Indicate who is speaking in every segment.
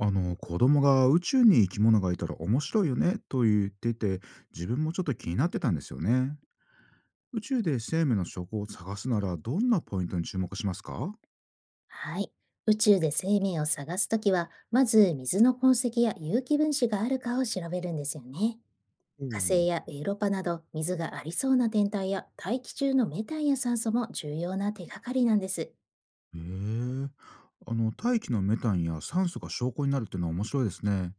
Speaker 1: 子供が宇宙に生き物がいたら面白いよねと言ってて、自分もちょっと気になってたんですよね。宇宙で生命の証拠を探すならどんなポイントに注目しますか？
Speaker 2: はい。宇宙で生命を探すときは、まず水の痕跡や有機分子があるかを調べるんですよね。
Speaker 1: お
Speaker 2: 火星
Speaker 1: お、
Speaker 2: やエウロパなど水がありそうな天体や大気中のメタンや酸素も重要な手がかりなんです。
Speaker 1: へえ、大気のメタンや酸素が証拠になるっていうのは面白いですね。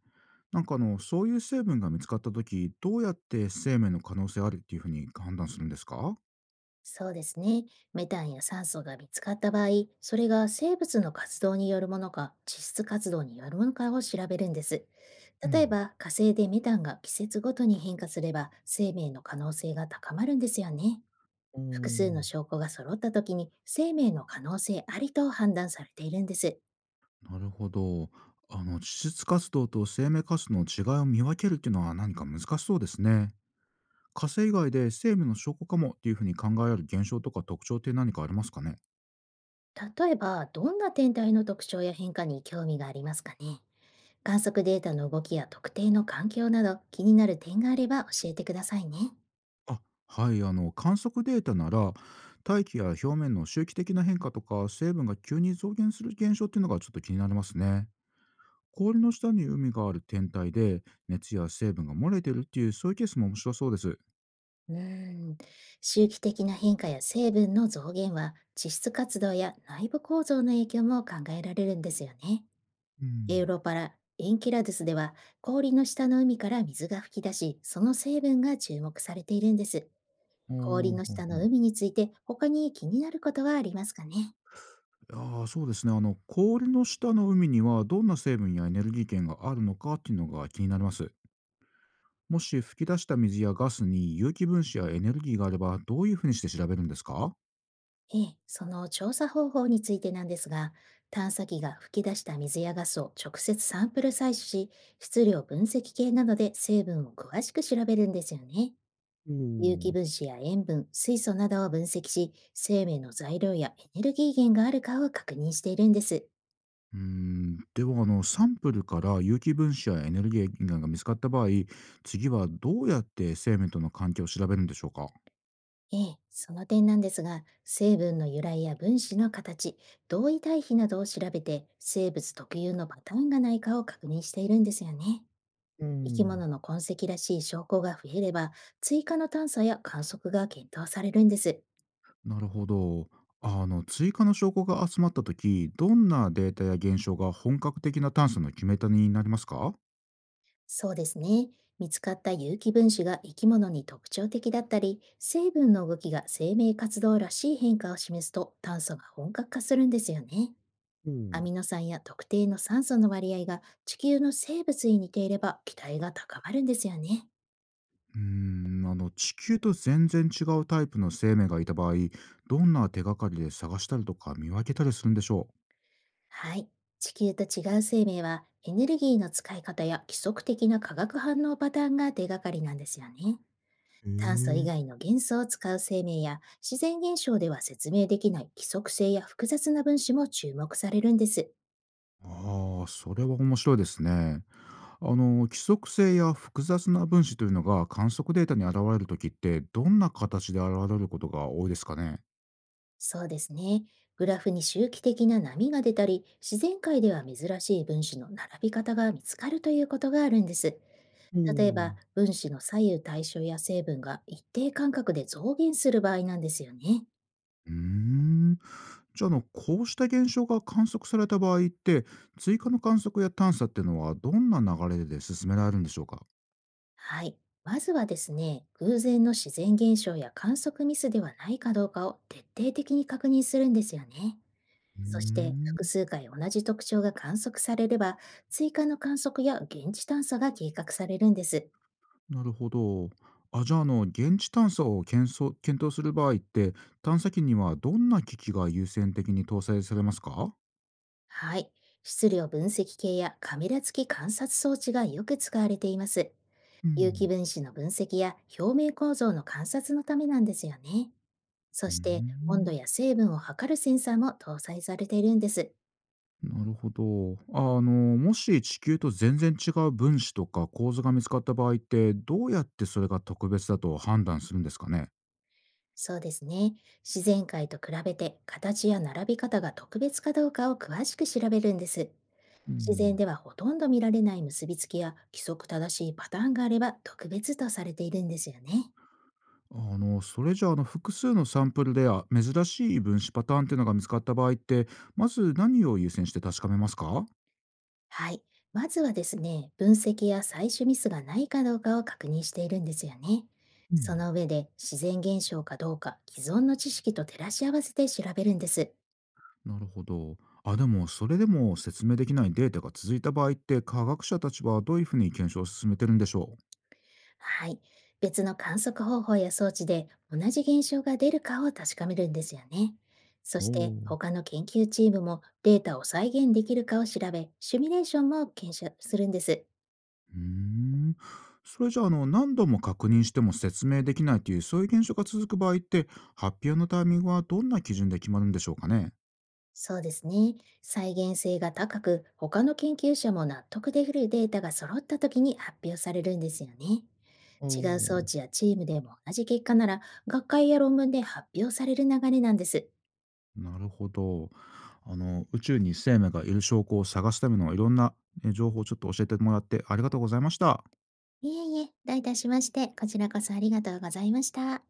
Speaker 1: そういう成分が見つかった時どうやって生命の可能性あるっていうふうに判断するんですか？
Speaker 2: そうですね。メタンや酸素が見つかった場合、それが生物の活動によるものか、地質活動によるものかを調べるんです。
Speaker 1: う
Speaker 2: 例え
Speaker 1: ん。
Speaker 2: ば、火星でメタンが季節ごとに変化すれば、生命の可能性が高まるんですよね。複数の証拠が揃った時に生命の可能性ありと判断されているんです。
Speaker 1: なるほど。地質活動と生命活動の違いを見分けるっていうのは何か難しそうですね。火星以外で生命の証拠かもっていうふうに考えられる現象とか特徴って何かありますかね？
Speaker 2: 例えば、どんな天体の特徴や変化に興味がありますかね。観測データの動きや特定の環境など気になる点があれば教えてくださいね。
Speaker 1: あ、はい、観測データなら、大気や表面の周期的な変化とか、成分が急に増減する現象っていうのがちょっと気になりますね。氷の下に海がある天体で、熱や成分が漏れてるっていう、そういうケースも面白そうです。
Speaker 2: うーん、周期的な変化や成分の増減は地質活動や内部構造の影響も考えられるんですよね。
Speaker 1: う
Speaker 2: エ
Speaker 1: ん。
Speaker 2: ウロパラ、エンキラドゥスでは氷の下の海から水が噴き出し、その成分が注目されているんです。
Speaker 1: あ
Speaker 2: 氷
Speaker 1: あ。
Speaker 2: の
Speaker 1: ほ
Speaker 2: 下の
Speaker 1: ほ。
Speaker 2: 海について他に気になることはありますかね。
Speaker 1: ああ、そうですね。氷の下の海にはどんな成分やエネルギー源があるのかっていうのが気になります。もし噴き出した水やガスに有機分子やエネルギーがあれば、どういうふうにして調べるんですか？
Speaker 2: ええ、その調査方法についてなんですが、探査機が噴き出した水やガスを直接サンプル採取し、質量分析系などで成分を詳しく調べるんですよね。
Speaker 1: お
Speaker 2: 有機
Speaker 1: お。
Speaker 2: 分子や塩分、水素などを分析し、生命の材料やエネルギー源があるかを確認しているんです。
Speaker 1: うーん、では、サンプルから有機分子やエネルギー源が見つかった場合、次はどうやって生命との関係を調べるんでしょうか？
Speaker 2: ええ、その点なんですが、成分の由来や分子の形、同位体比などを調べて、生物特有のパターンがないかを確認しているんですよね。
Speaker 1: う
Speaker 2: 生き
Speaker 1: ん、
Speaker 2: 物の痕跡らしい証拠が増えれば、追加の探査や観測が検討されるんです。
Speaker 1: なるほど。追加の証拠が集まった時どんなデータや現象が本格的な探査の決め手になりますか？
Speaker 2: そうですね。見つかった有機分子が生き物に特徴的だったり、成分の動きが生命活動らしい変化を示すと、探査が本格化するんですよね。
Speaker 1: う
Speaker 2: ア
Speaker 1: ん。
Speaker 2: ミノ酸や特定の酸素の割合が地球の生物に似ていれば期待が高まるんですよね。
Speaker 1: うーん、地球と全然違うタイプの生命がいた場合どんな手がかりで探したりとか見分けたりするんでしょ
Speaker 2: はい。地球と違う生命はエネルギーの使い方や規則的な化学反応パターンが手がかりなんですよね。
Speaker 1: う？へ
Speaker 2: 炭素以
Speaker 1: え。
Speaker 2: 外の元素を使う生命や自然現象では説明できない規則性や複雑な分子も注目されるんです。
Speaker 1: ああ、それは面白いですね。あの、規則性や複雑な分子というのが観測データに現れるときって、どんな形で現れることが多いですかね。
Speaker 2: そうですね。グラフに周期的な波が出たり、自然界では珍しい分子の並び方が見つかるということがあるんです。
Speaker 1: おお
Speaker 2: 例えば、
Speaker 1: ー。
Speaker 2: 分子の左右対称や成分が一定間隔で増減する場合なんですよね。
Speaker 1: うーん。じゃあ、こうした現象が観測された場合って、追加の観測や探査っていうのは、どんな流れで進められるんでしょうか。
Speaker 2: はい。まずはですね、偶然の自然現象や観測ミスではないかどうかを徹底的に確認するんですよね。
Speaker 1: うー
Speaker 2: そして、複
Speaker 1: ん、
Speaker 2: 数回同じ特徴が観測されれば、追加の観測や現地探査が計画されるんです。
Speaker 1: なるほど。あ、じゃあ、現地探査を検討する場合って、探査機にはどんな機器が優先的に搭載されますか？
Speaker 2: はい。質量分析系やカメラ付き観察装置がよく使われています。
Speaker 1: う
Speaker 2: 有機
Speaker 1: ん。
Speaker 2: 分子の分析や表面構造の観察のためなんですよね。そ
Speaker 1: うー
Speaker 2: して温度
Speaker 1: ん。
Speaker 2: や成分を測るセンサーも搭載されているんです。
Speaker 1: なるほど。あ、もし地球と全然違う分子とか構造が見つかった場合って、どうやってそれが特別だと判断するんですかね？
Speaker 2: そうですね。自然界と比べて形や並び方が特別かどうかを詳しく調べるんです。
Speaker 1: う
Speaker 2: 自然
Speaker 1: ん。
Speaker 2: ではほとんど見られない結びつきや規則正しいパターンがあれば特別とされているんですよね。
Speaker 1: それじゃあ、複数のサンプルで珍しい分子パターンっていうのが見つかった場合って、まず何を優先して確かめますか？
Speaker 2: はい。まずはですね、分析や採取ミスがないかどうかを確認しているんですよね。
Speaker 1: う
Speaker 2: そ
Speaker 1: ん。
Speaker 2: の上で自然現象かどうか既存の知識と照らし合わせて調べるんです。
Speaker 1: なるほど。あ、でもそれでも説明できないデータが続いた場合って科学者たちはどういうふうに検証を進めてるんでしょ
Speaker 2: はい。別の観測方法や装置で同じ現象が出るかを確かめるんですよね。そ
Speaker 1: う？お
Speaker 2: して
Speaker 1: おー。
Speaker 2: 他の研究チームもデータを再現できるかを調べ、シミュレーションも検証するんです。
Speaker 1: うーん。それじゃあ、何度も確認しても説明できないという、そういう現象が続く場合って、発表のタイミングはどんな基準で決まるんでしょうかね？
Speaker 2: そうですね。再現性が高く、他の研究者も納得できるデータが揃った時に発表されるんですよね。
Speaker 1: お
Speaker 2: 違う装
Speaker 1: お
Speaker 2: 置やチームでも同じ結果なら、学会や論文で発表される流れなんです。
Speaker 1: ー。なるほど。宇宙に生命がいる証拠を探すためのいろんな情報をちょっと教えてもらってありがとうございました。
Speaker 2: いえいえ、どういたしまして、こちらこそありがとうございました。